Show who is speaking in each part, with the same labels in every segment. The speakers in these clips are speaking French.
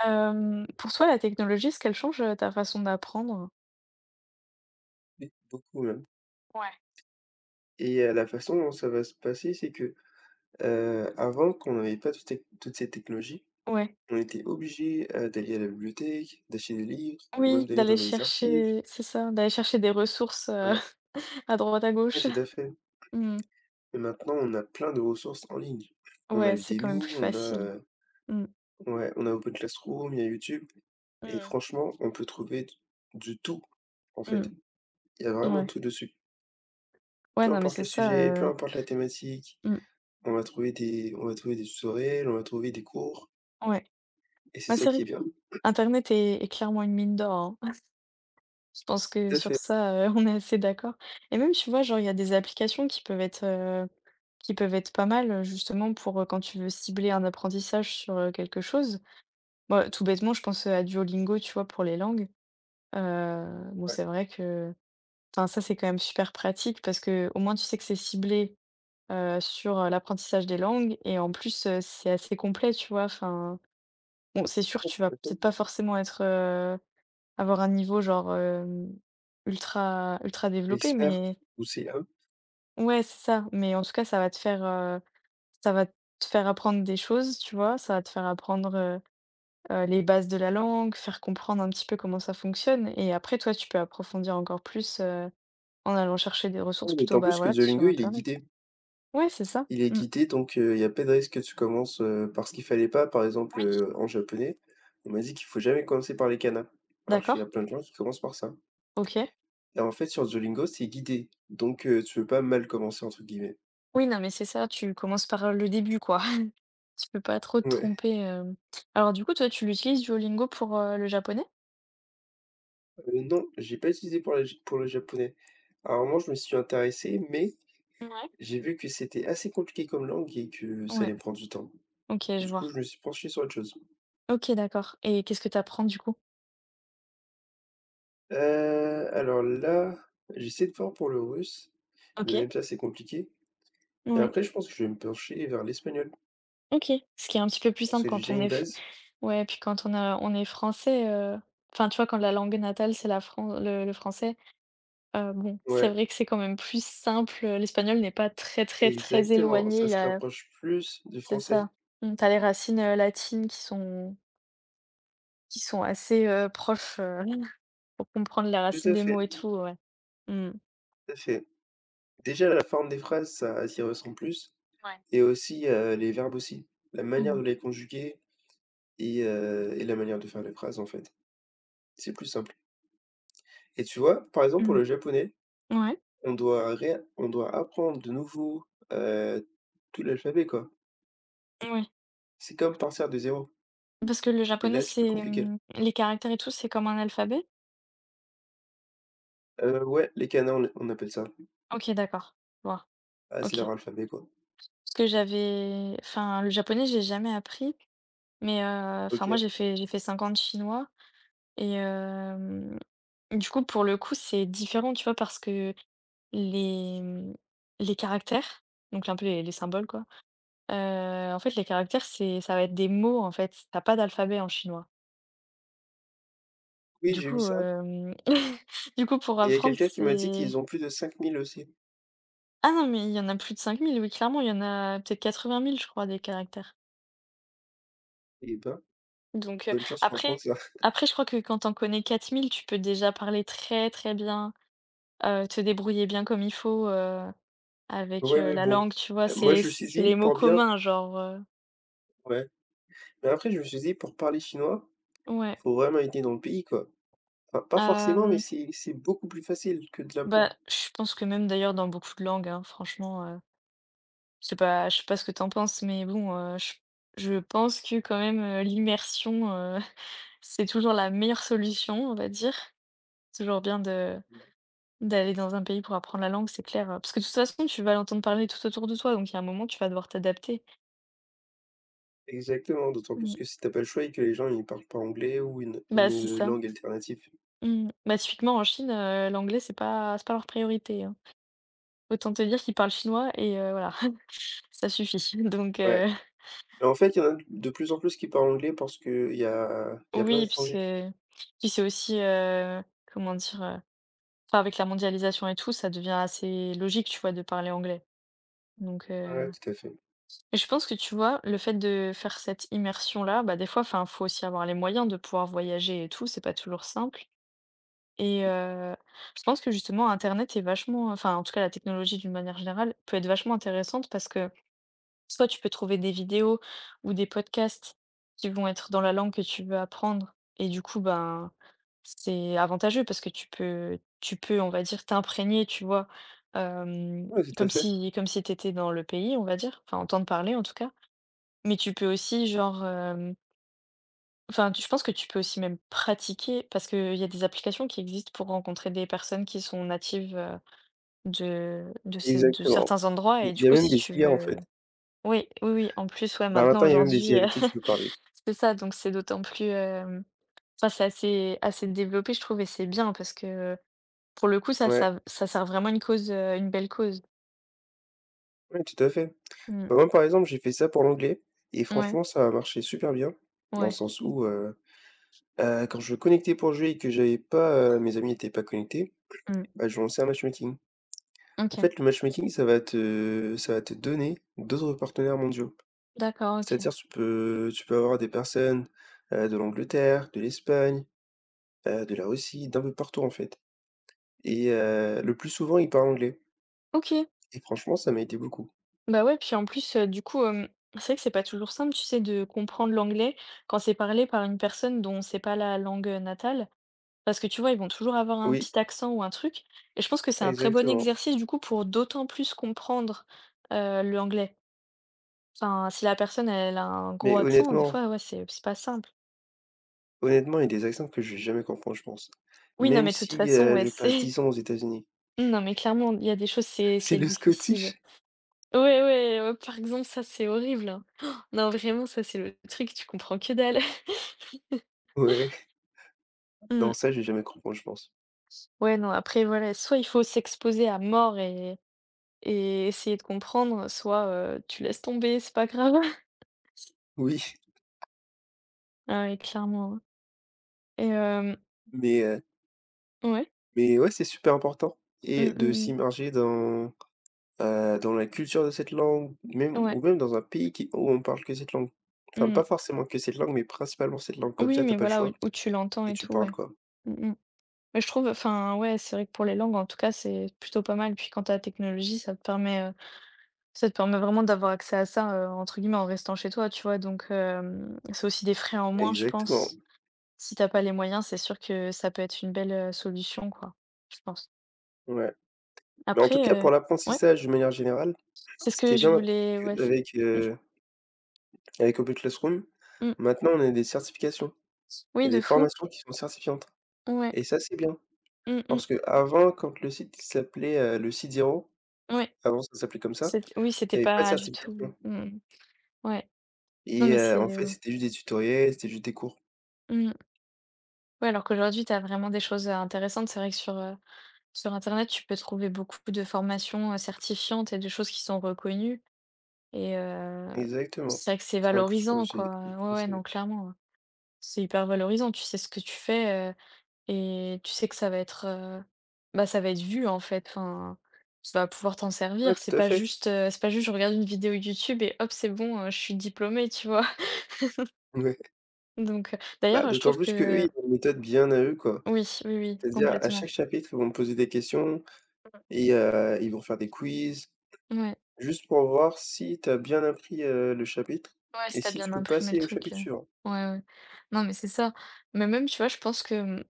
Speaker 1: Pour toi, la technologie, est-ce qu'elle change, ta façon d'apprendre?
Speaker 2: Oui, beaucoup même.
Speaker 1: Ouais.
Speaker 2: Et La façon dont ça va se passer, c'est que, avant, quand on n'avait pas toutes ces technologies,
Speaker 1: Ouais.
Speaker 2: on était obligé, d'aller à la bibliothèque, d'acheter des livres ou
Speaker 1: Oui,
Speaker 2: même d'aller
Speaker 1: d'aller
Speaker 2: dans des archives.
Speaker 1: chercher c'est ça, d'aller chercher des ressources,
Speaker 2: Ouais,
Speaker 1: à droite, à
Speaker 2: ouais,
Speaker 1: gauche.
Speaker 2: tout à fait.
Speaker 1: Mmh.
Speaker 2: Et maintenant, on a plein de ressources en ligne. On a
Speaker 1: Ouais, c'est quand même plus
Speaker 2: Udemy, on a,
Speaker 1: facile. Mmh.
Speaker 2: ouais, on a Open Classroom, il y a YouTube et
Speaker 1: Mmh.
Speaker 2: franchement, on peut trouver d du tout, en fait.
Speaker 1: Mmh.
Speaker 2: Il y a vraiment
Speaker 1: Ouais.
Speaker 2: tout dessus.
Speaker 1: Ouais,
Speaker 2: Peu
Speaker 1: non, mais
Speaker 2: importe
Speaker 1: c'est
Speaker 2: le
Speaker 1: ça,
Speaker 2: sujet, peu importe la thématique,
Speaker 1: mmh,
Speaker 2: on va trouver des tutoriels, on va trouver des cours.
Speaker 1: ouais.
Speaker 2: Et c'est
Speaker 1: Bah,
Speaker 2: ça
Speaker 1: c'est vrai
Speaker 2: qui est
Speaker 1: que
Speaker 2: bien.
Speaker 1: Internet est clairement une mine d'or, hein. Je pense que
Speaker 2: Tout à
Speaker 1: sur
Speaker 2: fait,
Speaker 1: ça, on est assez d'accord et même, tu vois, genre, il y a des applications qui peuvent être, pas mal, justement pour, quand tu veux cibler un apprentissage sur, quelque chose. Moi tout bêtement, je pense, à Duolingo, tu vois, pour les langues. Bon,
Speaker 2: ouais,
Speaker 1: c'est vrai que enfin, ça, c'est quand même super pratique parce que au moins, tu sais que c'est ciblé, sur, l'apprentissage des langues et en plus, c'est assez complet, tu vois? Enfin, bon, c'est sûr, tu vas
Speaker 2: tout à fait.
Speaker 1: peut-être pas forcément être, avoir un niveau genre, ultra ultra développé,
Speaker 2: Expert
Speaker 1: mais
Speaker 2: ou CA.
Speaker 1: ouais, c'est ça, mais en tout cas, ça va te faire apprendre des choses, tu vois? Ça va te faire apprendre, les bases de la langue, faire comprendre un petit peu comment ça fonctionne et après toi, tu peux approfondir encore plus, en allant chercher des ressources
Speaker 2: Ouais,
Speaker 1: plutôt,
Speaker 2: d'autant
Speaker 1: bah,
Speaker 2: plus que
Speaker 1: voilà, sur
Speaker 2: Duolingo, il est
Speaker 1: internet.
Speaker 2: guidé.
Speaker 1: Ouais, c'est ça.
Speaker 2: Il est
Speaker 1: Mmh.
Speaker 2: guidé, donc il y a pas de risque que tu commences, par ce qu'il fallait pas. Par exemple,
Speaker 1: Oui.
Speaker 2: en japonais, on m'a dit qu'il faut jamais commencer par les kanas. Alors qu'il y a
Speaker 1: D'accord,
Speaker 2: plein de gens qui commencent par ça.
Speaker 1: OK.
Speaker 2: Et en fait, sur Duolingo, c'est guidé, donc tu peux pas «mal commencer» entre guillemets.
Speaker 1: Oui, non, mais c'est ça, tu commences par, le début, quoi. Tu peux pas trop te
Speaker 2: Ouais,
Speaker 1: tromper, hem. Alors du coup, toi, tu l'utilises Duolingo pour, le japonais?
Speaker 2: non, j'ai pas utilisé pour la ja pour le japonais. À un moment, je me suis intéressé, mais
Speaker 1: Ouais.
Speaker 2: j'ai vu que c'était assez compliqué comme langue et que ça allait
Speaker 1: Ouais,
Speaker 2: me prendre du temps.
Speaker 1: OK, je
Speaker 2: Du coup,
Speaker 1: vois.
Speaker 2: je me suis penché sur autre chose.
Speaker 1: OK, d'accord et qu'est-ce que tu apprends, du coup?
Speaker 2: Heu, alors là, j'essaie de voir pour le russe, mais
Speaker 1: OK.
Speaker 2: même ça, c'est compliqué et
Speaker 1: Ouais,
Speaker 2: après je pense que je vais me pencher vers l'espagnol
Speaker 1: OK. Ce qui est un petit peu plus
Speaker 2: parce
Speaker 1: simple
Speaker 2: que j'ai
Speaker 1: quand
Speaker 2: déjà
Speaker 1: on
Speaker 2: une
Speaker 1: est.
Speaker 2: base.
Speaker 1: Ouais, puis quand on est français, enfin, tu vois, quand la langue natale, c'est la Fran le français, bon, c'est
Speaker 2: Ouais,
Speaker 1: vrai que c'est quand même plus simple, l'espagnol n'est pas très, très, très
Speaker 2: exactement,
Speaker 1: éloigné,
Speaker 2: ça
Speaker 1: il y
Speaker 2: se
Speaker 1: a
Speaker 2: rapproche plus du
Speaker 1: c'est
Speaker 2: français.
Speaker 1: ça. Mmh, tu les racines, latines qui sont assez, proches, pour comprendre les
Speaker 2: Tout
Speaker 1: racines
Speaker 2: à
Speaker 1: des mots
Speaker 2: fait,
Speaker 1: et tout, ouais. Mmh.
Speaker 2: tout à fait. Déjà la forme des phrases, ça s'y ressemble plus
Speaker 1: Ouais.
Speaker 2: et aussi, les verbes aussi, la manière
Speaker 1: Mmh.
Speaker 2: de les conjuguer et la manière de faire les phrases, en fait. C'est plus simple et tu vois, par exemple, pour
Speaker 1: Mmh.
Speaker 2: le japonais,
Speaker 1: Ouais,
Speaker 2: on doit apprendre de nouveau, heu, tout l'alphabet, quoi.
Speaker 1: ouais.
Speaker 2: C'est comme partir de zéro.
Speaker 1: Parce que le
Speaker 2: Et
Speaker 1: japonais,
Speaker 2: là, c'est plus
Speaker 1: c'est,
Speaker 2: compliqué.
Speaker 1: les caractères et tout, c'est comme un alphabet?
Speaker 2: Ouais, les canards, on appelle ça.
Speaker 1: OK, d'accord. Je vois.
Speaker 2: Ah, c'est
Speaker 1: OK.
Speaker 2: leur alphabet, quoi.
Speaker 1: Parce que j'avais enfin, le japonais, j'ai jamais appris. Mais enfin moi
Speaker 2: OK.
Speaker 1: j'ai fait 5 ans de chinois et du coup pour le coup c'est différent, tu vois? Parce que les, mmh, les caractères, donc un peu les symboles quoi, en fait les caractères c'est ça va être des mots en fait, t'as pas d'alphabet en chinois.
Speaker 2: Oui,
Speaker 1: Du
Speaker 2: j'ai vu
Speaker 1: coup,
Speaker 2: ça
Speaker 1: hem, du coup pour
Speaker 2: et il y a
Speaker 1: apprendre
Speaker 2: quelqu'un qui m'a dit
Speaker 1: c'est
Speaker 2: qu'ils ont plus de 5 000 aussi.
Speaker 1: ah non mais il y en a plus de 5 000, oui, clairement il y en a peut-être 80 000, je crois, des caractères.
Speaker 2: Eh ben,
Speaker 1: Donc
Speaker 2: bonne chance pour apprendre
Speaker 1: après
Speaker 2: ça.
Speaker 1: après je crois que quand tu en connais 4 000 tu peux déjà parler très, très bien. Te débrouiller bien comme il faut, avec,
Speaker 2: Ouais, mais
Speaker 1: la
Speaker 2: bon,
Speaker 1: langue, tu vois?
Speaker 2: moi,
Speaker 1: C'est
Speaker 2: je me suis
Speaker 1: c'est
Speaker 2: dit
Speaker 1: les mots
Speaker 2: pour bien
Speaker 1: communs, genre,
Speaker 2: ouais, mais après, je me suis dit pour parler chinois,
Speaker 1: ouais.
Speaker 2: faut vraiment être né dans le pays, quoi. Enfin, pas forcément, mais
Speaker 1: Hem,
Speaker 2: c'est beaucoup plus facile que de
Speaker 1: bah,
Speaker 2: l'apprendre.
Speaker 1: je pense que même d'ailleurs dans beaucoup de langues, hein, franchement, je sais pas ce que t'en penses, mais bon, je pense que quand même, l'immersion, c'est toujours la meilleure solution, on va dire. C'est toujours bien de
Speaker 2: Ouais.
Speaker 1: d'aller dans un pays pour apprendre la langue, c'est clair, hein. Parce que de toute façon, tu vas l'entendre parler tout autour de toi, donc il y a un moment, tu vas devoir t'adapter.
Speaker 2: Exactement, d'autant plus
Speaker 1: Mmh.
Speaker 2: que si t'as pas le choix et que les gens ils parlent pas anglais ou une,
Speaker 1: Bah, c'est
Speaker 2: une
Speaker 1: ça.
Speaker 2: langue alternative.
Speaker 1: Mmh. Bah, typiquement en Chine, l'anglais c'est pas leur priorité, hein. Autant te dire qu'ils parlent chinois et voilà, ça suffit. Donc
Speaker 2: Ouais, mais en fait, il y en a de plus en plus qui parlent anglais parce que il y a plein
Speaker 1: oui, puisque
Speaker 2: d'étrangers.
Speaker 1: puis c'est aussi, comment dire? Enfin avec la mondialisation et tout, ça devient assez logique, tu vois, de parler anglais. Donc
Speaker 2: Ouais, tout à fait.
Speaker 1: et je pense que, tu vois, le fait de faire cette immersion-là, bah, des fois, enfin, faut aussi avoir les moyens de pouvoir voyager et tout, c'est pas toujours simple et je pense que justement internet est vachement enfin, en tout cas la technologie d'une manière générale, peut être vachement intéressante parce que soit tu peux trouver des vidéos ou des podcasts qui vont être dans la langue que tu veux apprendre et du coup, ben, c'est avantageux parce que tu peux, on va dire, t'imprégner, tu vois? Hem,
Speaker 2: Ouais, tout à fait.
Speaker 1: comme si tu étais dans le pays, on va dire, enfin entendre parler en tout cas. Mais tu peux aussi genre, enfin, tu je pense que tu peux aussi même pratiquer parce qu'il y a des applications qui existent pour rencontrer des personnes qui sont natives, de ces de
Speaker 2: Exactement.
Speaker 1: certains endroits
Speaker 2: Il
Speaker 1: et du
Speaker 2: y a
Speaker 1: coup,
Speaker 2: même
Speaker 1: si
Speaker 2: des
Speaker 1: tu
Speaker 2: IA en fait.
Speaker 1: veux oui, oui, oui. En plus, ouais,
Speaker 2: Bah,
Speaker 1: maintenant,
Speaker 2: maintenant, il y a même des
Speaker 1: aujourd'hui,
Speaker 2: IA avec qui tu peux parler.
Speaker 1: c'est ça, donc c'est d'autant plus, enfin, c'est assez développé, je trouve et c'est bien parce que, pour le coup, ça
Speaker 2: Ouais,
Speaker 1: ça ça sert vraiment une cause, une belle cause.
Speaker 2: ouais, tout à fait.
Speaker 1: Mmh.
Speaker 2: Bah, moi, par exemple, j'ai fait ça pour l'anglais et
Speaker 1: Ouais,
Speaker 2: franchement, ça a marché super bien dans le
Speaker 1: ouais.
Speaker 2: sens où, quand je me connectais pour jouer et que j'avais pas, mes amis n'étaient pas connectés,
Speaker 1: Mmh.
Speaker 2: bah, je lançais un matchmaking. En
Speaker 1: OK.
Speaker 2: fait, le matchmaking, ça va te donner d'autres partenaires mondiaux.
Speaker 1: D'accord, OK.
Speaker 2: C'est-à-dire, tu peux avoir des personnes, de l'Angleterre, de l'Espagne, de la Russie, d'un peu partout, en fait et le plus souvent, ils parlent anglais
Speaker 1: OK.
Speaker 2: et franchement, ça m'a aidé beaucoup.
Speaker 1: Bah, ouais, puis en plus, du coup, c'est vrai que c'est pas toujours simple, tu sais, de comprendre l'anglais quand c'est parlé par une personne dont c'est pas la langue, natale. Parce que tu vois, ils vont toujours avoir un
Speaker 2: Oui,
Speaker 1: petit accent ou un truc et je pense que c'est un très bon
Speaker 2: exactement.
Speaker 1: exercice du coup pour d'autant plus comprendre, l'anglais. Enfin, si la personne elle a un gros
Speaker 2: Mais
Speaker 1: accent, des
Speaker 2: honnêtement
Speaker 1: fois, ouais, c'est pas simple.
Speaker 2: honnêtement, il y a des accents que je vais jamais comprendre, je pense.
Speaker 1: Oui, non,
Speaker 2: Même
Speaker 1: mais de toute
Speaker 2: si,
Speaker 1: façon, ouais,
Speaker 2: je passe
Speaker 1: c'est
Speaker 2: 10 ans aux États-Unis.
Speaker 1: non, mais clairement, il y a des choses, c'est
Speaker 2: C'est
Speaker 1: c'est
Speaker 2: le
Speaker 1: difficile.
Speaker 2: scottish?
Speaker 1: Ouais, ouais, ouais, par exemple, ça, c'est horrible, hein. Non, vraiment, ça, c'est le truc, tu comprends que dalle.
Speaker 2: Ouais, non,
Speaker 1: Mmh.
Speaker 2: ça, je vais jamais comprendre, je pense.
Speaker 1: Ouais, non, après, voilà, soit il faut s'exposer à mort et essayer de comprendre, soit, tu laisses tomber, c'est pas grave.
Speaker 2: Oui,
Speaker 1: Ah oui, clairement, hein. Et
Speaker 2: mais heu,
Speaker 1: ouais.
Speaker 2: mais ouais, c'est super important et
Speaker 1: Mmh,
Speaker 2: de
Speaker 1: mmh mh.
Speaker 2: s'immerger dans, dans la culture de cette langue, même
Speaker 1: Ouais.
Speaker 2: ou même dans un pays qui où on parle que cette langue. Enfin, pas
Speaker 1: Mmh.
Speaker 2: forcément que cette langue, mais principalement cette langue, comme
Speaker 1: Oui,
Speaker 2: ça, t'as
Speaker 1: mais
Speaker 2: pas le
Speaker 1: voilà, où
Speaker 2: choix.
Speaker 1: où tu l'entends
Speaker 2: Et
Speaker 1: et
Speaker 2: tu
Speaker 1: tout,
Speaker 2: parles
Speaker 1: ouais.
Speaker 2: quoi?
Speaker 1: Mmh mh. Mais je trouve, enfin, ouais, c'est vrai que pour les langues, en tout cas, c'est plutôt pas mal. Puis quand t'as la technologie, ça te permet vraiment d'avoir accès à ça, entre guillemets, «en restant chez toi», tu vois? Donc c'est aussi des frais en moins, je pense.
Speaker 2: Exactement,
Speaker 1: Si t'as pas les moyens, c'est sûr que ça peut être une belle, solution, quoi, je pense.
Speaker 2: ouais. Mais en tout cas,
Speaker 1: Après,
Speaker 2: pour
Speaker 1: ouais,
Speaker 2: l'apprentissage, de manière générale,
Speaker 1: c'est ce
Speaker 2: ce qui
Speaker 1: que
Speaker 2: est
Speaker 1: je
Speaker 2: bien maintenant,
Speaker 1: voulais,
Speaker 2: c'est
Speaker 1: ouais, c'est
Speaker 2: qu'avec, avec Open Classroom,
Speaker 1: mmh, mmh.
Speaker 2: maintenant on a des certifications.
Speaker 1: Oui,
Speaker 2: Il y a
Speaker 1: de
Speaker 2: des
Speaker 1: fou.
Speaker 2: formations qui sont certifiantes
Speaker 1: Ouais.
Speaker 2: et ça, c'est bien.
Speaker 1: Mmh mh.
Speaker 2: Parce que avant, quand le site s'appelait, le Site Zéro,
Speaker 1: Ouais.
Speaker 2: avant ça s'appelait comme ça,
Speaker 1: C'ét oui, c'était
Speaker 2: il y avait pas de
Speaker 1: pas du tout,
Speaker 2: certification.
Speaker 1: mmh, ouais. Non,
Speaker 2: Et
Speaker 1: mais c'est,
Speaker 2: en fait, c'était juste des tutoriels, c'était juste des cours.
Speaker 1: mmh, ouais, alors qu'aujourd'hui, tu as vraiment des choses, intéressantes. C'est vrai que sur internet, tu peux trouver beaucoup de formations, certifiantes et des choses qui sont reconnues et
Speaker 2: Exactement.
Speaker 1: c'est vrai que c'est
Speaker 2: C'est un plus pour le
Speaker 1: valorisant,
Speaker 2: CV
Speaker 1: quoi.
Speaker 2: le pour
Speaker 1: Ouais, ouais, non,
Speaker 2: le
Speaker 1: clairement, hein. C'est hyper valorisant. Tu sais ce que tu fais, et tu sais que ça va être, bah, ça va être vu, en fait. Enfin, tu vas pouvoir t'en
Speaker 2: Ouais,
Speaker 1: servir. C'est
Speaker 2: tout à
Speaker 1: pas
Speaker 2: fait.
Speaker 1: juste, heu, c'est pas juste: «Je regarde une vidéo YouTube et hop, c'est bon, je suis diplômée», tu vois?
Speaker 2: Ouais.
Speaker 1: Donc,
Speaker 2: Bah,
Speaker 1: d'ailleurs, je
Speaker 2: d'autant
Speaker 1: trouve
Speaker 2: plus que eux,
Speaker 1: que
Speaker 2: ils ont une méthode bien à eux, quoi.
Speaker 1: oui, oui, oui,
Speaker 2: C'est-à-dire à
Speaker 1: complètement.
Speaker 2: chaque chapitre, ils vont te poser des questions et ils vont faire des quiz,
Speaker 1: Ouais,
Speaker 2: juste pour voir si tu as bien appris, le chapitre
Speaker 1: ouais, si
Speaker 2: et
Speaker 1: tu
Speaker 2: si tu
Speaker 1: bien
Speaker 2: peux
Speaker 1: imprimé le
Speaker 2: passer au
Speaker 1: truc,
Speaker 2: chapitre suivant.
Speaker 1: ouais, ouais. Non, mais c'est ça. Mais même, tu vois, je pense que,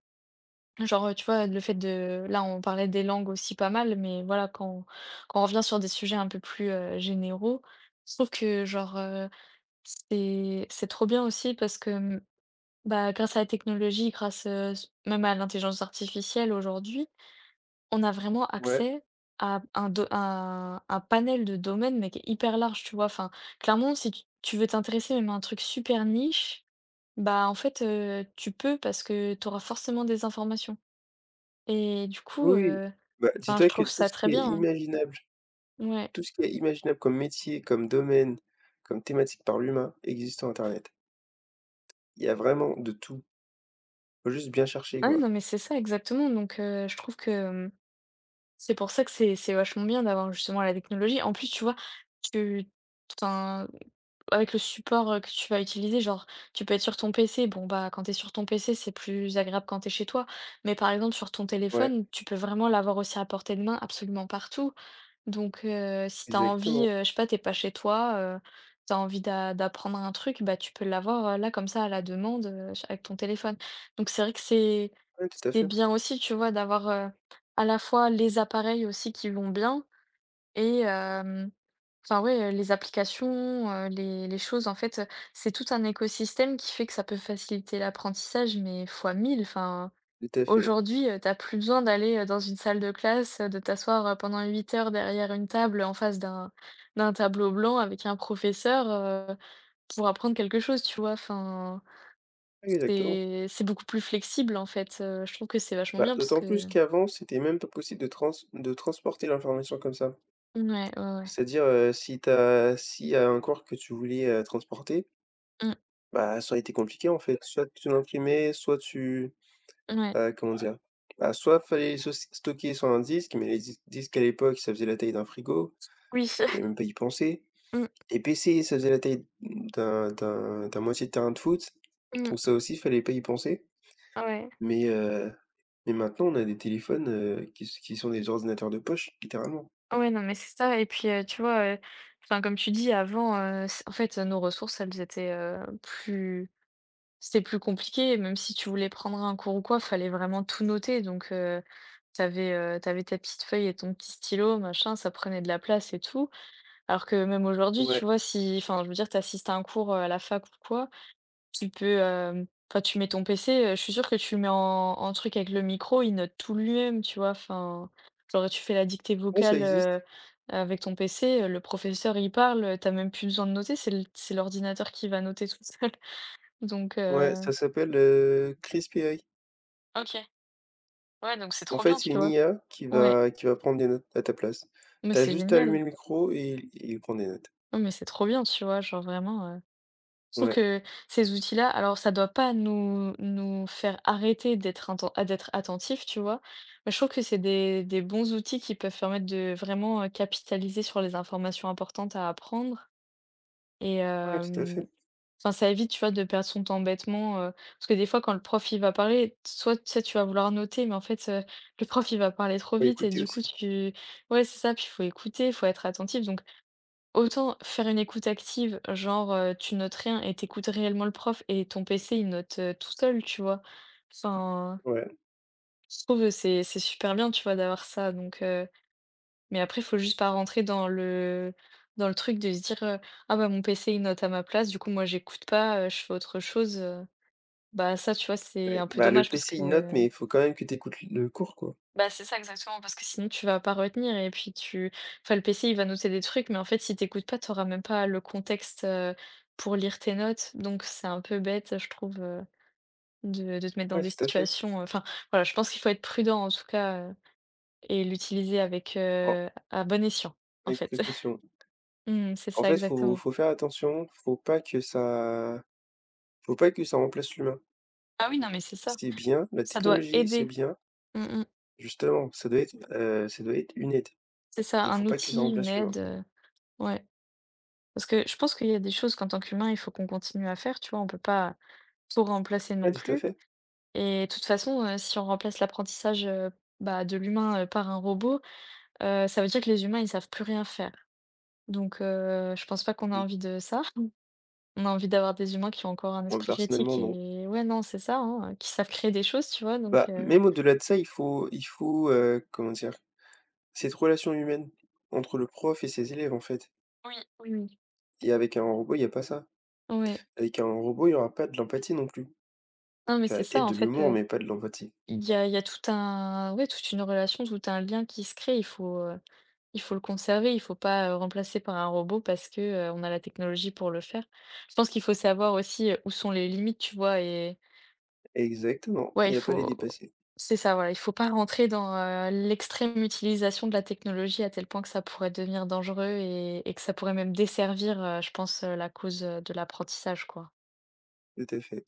Speaker 1: genre, tu vois, le fait de là, on parlait des langues aussi pas mal, mais voilà, quand on revient sur des sujets un peu plus, généraux, je trouve que, genre, c'est trop bien aussi parce que, bah, grâce à la technologie, grâce, s même à l'intelligence artificielle aujourd'hui. On a vraiment
Speaker 2: Ouais.
Speaker 1: accès à un do un panel de domaines, mais qui est hyper large, tu vois? Enfin, clairement, si tu veux t'intéresser même à un truc super niche, bah, en fait, tu peux parce que tu auras forcément des informations et du coup,
Speaker 2: Oui, oui. Bah,
Speaker 1: enfin, je
Speaker 2: dis-toi que
Speaker 1: trouve ça très bien, hein. Ouais.
Speaker 2: tout ce qui est imaginable comme métier, comme domaine, comme thématique par l'humain, existe sur internet. Il y a vraiment de tout. Faut juste bien chercher,
Speaker 1: Ah oui,
Speaker 2: quoi.
Speaker 1: non, mais c'est ça exactement, donc je trouve que. C'est pour ça que c'est vachement bien d'avoir justement la technologie. En plus, tu vois, tu enfin, avec le support, que tu vas utiliser, genre, tu peux être sur ton PC. Bon, bah, quand t'es sur ton PC, c'est plus agréable quand tu chez toi. Mais par exemple, sur ton
Speaker 2: Ouais,
Speaker 1: téléphone, tu peux vraiment l'avoir aussi à portée de main absolument partout. Donc, si t'as envie,
Speaker 2: exactement.
Speaker 1: je sais pas, t'es pas chez toi, tu envie d'apprendre un truc, bah, tu peux l'avoir, là comme ça à la demande, ch avec ton téléphone. Donc c'est vrai que
Speaker 2: Ouais, tout à
Speaker 1: c'est
Speaker 2: fait,
Speaker 1: bien aussi, tu vois, d'avoir, à la fois les appareils aussi qui vont bien et enfin ouais, les applications, les choses en fait, c'est tout un écosystème qui fait que ça peut faciliter l'apprentissage mais fois mille. Enfin,
Speaker 2: tout à fait.
Speaker 1: aujourd'hui, tu plus besoin d'aller, dans une salle de classe, de t'asseoir, pendant 8 heures derrière une table, en face d'un tableau blanc avec un professeur, heu, pour apprendre quelque chose, tu vois? Enfin,
Speaker 2: Exactement.
Speaker 1: c'est beaucoup plus flexible, en fait, je trouve que c'est vachement
Speaker 2: Bah,
Speaker 1: bien parce
Speaker 2: d'autant
Speaker 1: que
Speaker 2: plus qu'avant, c'était même pas possible de transporter l'information comme ça.
Speaker 1: mouais, ouais, ouais.
Speaker 2: C'est-à-dire, si t'as, as s'il y a un corps que tu voulais, transporter,
Speaker 1: Mmh,
Speaker 2: bah, ça aurait été compliqué, en fait. Soit tu l'imprimais, soit tu…
Speaker 1: ouais.
Speaker 2: Comment dire? Bah, soit fallait se stocker sur un disque, mais les dis disques à l'époque, ça faisait la taille d'un frigo,
Speaker 1: Oui.
Speaker 2: fallait même pas y penser.
Speaker 1: Mmh,
Speaker 2: Les PC, ça faisait la taille d'un d'un moitié de terrain de foot,
Speaker 1: mmh.
Speaker 2: donc ça aussi, fallait pas y penser.
Speaker 1: Ouais.
Speaker 2: Mais heu, mais maintenant, on a des téléphones, qui sont des ordinateurs de poche, littéralement.
Speaker 1: Ouais, non, mais c'est ça et puis, tu vois, enfin, comme tu dis avant, c en fait, nos ressources, elles étaient, plus. C'était plus compliqué, même si tu voulais prendre un cours ou quoi, fallait vraiment tout noter donc t'avais avais, ta petite feuille et ton petit stylo, machin, ça prenait de la place et tout. Alors que même aujourd'hui, tu
Speaker 2: Ouais.
Speaker 1: vois, si enfin, je veux dire, t'assistes à un cours, à la fac ou quoi, tu peux, enfin, tu mets ton PC, je suis sûre que tu le mets en en truc avec le micro, il note tout lui-même, tu vois? Enfin, genre, tu fais la dictée
Speaker 2: Ouais, ça
Speaker 1: vocale,
Speaker 2: existe.
Speaker 1: avec ton PC, le professeur, il parle, tu même plus besoin de noter, c'est l'ordinateur qui va noter tout seul donc
Speaker 2: Ouais,
Speaker 1: heu.
Speaker 2: ça s'appelle, Crispy.
Speaker 1: OK. Ouais, donc c'est
Speaker 2: En
Speaker 1: trop
Speaker 2: fait,
Speaker 1: bien,
Speaker 2: c'est
Speaker 1: tu
Speaker 2: une
Speaker 1: vois?
Speaker 2: IA
Speaker 1: Ouais,
Speaker 2: qui va prendre des notes à ta place.
Speaker 1: mais
Speaker 2: Tu as
Speaker 1: c'est
Speaker 2: juste à allumer
Speaker 1: génial.
Speaker 2: le micro et il prend des notes.
Speaker 1: Non, mais c'est trop bien, tu vois? Genre vraiment, je trouve
Speaker 2: Ouais,
Speaker 1: que ces outils-là, alors ça doit pas nous faire arrêter d'être d'être attentifs, tu vois? Mais je trouve que c'est des bons outils qui peuvent permettre de vraiment, capitaliser sur les informations importantes à apprendre et
Speaker 2: ouais, tout à fait.
Speaker 1: enfin, ça évite, tu vois, de perdre son temps bêtement, parce que des fois quand le prof il va parler, soit, tu sais, tu vas vouloir noter, mais en fait, le prof il va parler trop
Speaker 2: Faut
Speaker 1: vite et
Speaker 2: écouter
Speaker 1: du coup
Speaker 2: aussi.
Speaker 1: tu ouais, c'est ça, puis il faut écouter, il faut être attentif donc autant faire une écoute active, genre, tu notes rien et t'écoutes réellement le prof et ton PC il note, tout seul, tu vois? Enfin,
Speaker 2: Ouais,
Speaker 1: je trouve, c'est super bien, tu vois, d'avoir ça donc mais après il faut juste pas rentrer dans le truc de se dire, «Ah bah, mon PC il note à ma place, du coup moi j'écoute pas, je fais autre chose», bah, ça, tu vois, c'est
Speaker 2: ouais.
Speaker 1: un peu
Speaker 2: Bah, le
Speaker 1: dommage parce
Speaker 2: PC, il note,
Speaker 1: que
Speaker 2: mais il faut quand même que tu écoutes le cours, quoi.
Speaker 1: bah, c'est ça exactement, parce que sinon tu vas pas retenir et puis tu enfin, le PC, il va noter des trucs, mais en fait, si t'écoutes pas, t'auras même pas le contexte, pour lire tes notes, donc c'est un peu bête, je trouve, de te mettre dans
Speaker 2: Ouais,
Speaker 1: des
Speaker 2: tout à fait.
Speaker 1: situations, enfin, voilà, je pense qu'il faut être prudent, en tout cas, et l'utiliser avec,
Speaker 2: En…
Speaker 1: à bon escient, en
Speaker 2: avec
Speaker 1: fait.
Speaker 2: précaution.
Speaker 1: Mmh, c'est
Speaker 2: En
Speaker 1: ça,
Speaker 2: fait, faut
Speaker 1: exactement.
Speaker 2: faut faire attention, faut pas que ça remplace l'humain.
Speaker 1: Ah oui, non, mais c'est ça.
Speaker 2: C'est bien, la
Speaker 1: Ça doit
Speaker 2: technologie, c'est
Speaker 1: aider.
Speaker 2: bien.
Speaker 1: Mmh mh.
Speaker 2: Justement, ça doit être une aide.
Speaker 1: C'est ça,
Speaker 2: Il
Speaker 1: un
Speaker 2: faut pas que ça
Speaker 1: outil, une
Speaker 2: remplace l'humain.
Speaker 1: aide, ouais. Parce que je pense qu'il y a des choses qu'en tant qu'humain, il faut qu'on continue à faire, tu vois? On peut pas tout remplacer non
Speaker 2: Ouais, tout à
Speaker 1: plus
Speaker 2: fait.
Speaker 1: et de toute façon, si on remplace l'apprentissage, bah, de l'humain, par un robot, ça veut dire que les humains, ils savent plus rien faire. Donc je pense pas qu'on a
Speaker 2: Oui.
Speaker 1: envie de ça. On a envie d'avoir des humains qui ont encore un
Speaker 2: Moi,
Speaker 1: esprit critique
Speaker 2: personnellement, non.
Speaker 1: et ouais, non, c'est ça, hein, qui savent créer des choses, tu vois? Donc
Speaker 2: Bah, même au-delà de ça, il faut, comment dire? Cette relation humaine entre le prof et ses élèves, en fait
Speaker 1: oui, oui, oui.
Speaker 2: et avec un robot, il n'y a pas ça.
Speaker 1: Ouais.
Speaker 2: Avec un robot, il y aura pas de l'empathie non plus.
Speaker 1: Non, mais
Speaker 2: Tu as
Speaker 1: c'est
Speaker 2: la
Speaker 1: ça,
Speaker 2: tête
Speaker 1: en
Speaker 2: de
Speaker 1: fait,
Speaker 2: l'humour, mais pas de l'empathie.
Speaker 1: il y a tout un ouais, toute une relation, tout un lien qui se crée. Il faut, heu. Il faut le conserver, il faut pas, remplacer par un robot parce que, on a la technologie pour le faire. Je pense qu'il faut savoir aussi, où sont les limites, tu vois? Et
Speaker 2: Exactement,
Speaker 1: ouais, il
Speaker 2: et à pas les
Speaker 1: faut
Speaker 2: dépasser.
Speaker 1: c'est ça, voilà, il faut pas rentrer dans, l'extrême utilisation de la technologie à tel point que ça pourrait devenir dangereux et que ça pourrait même desservir, je pense, la cause, de l'apprentissage, quoi.
Speaker 2: Tout à fait.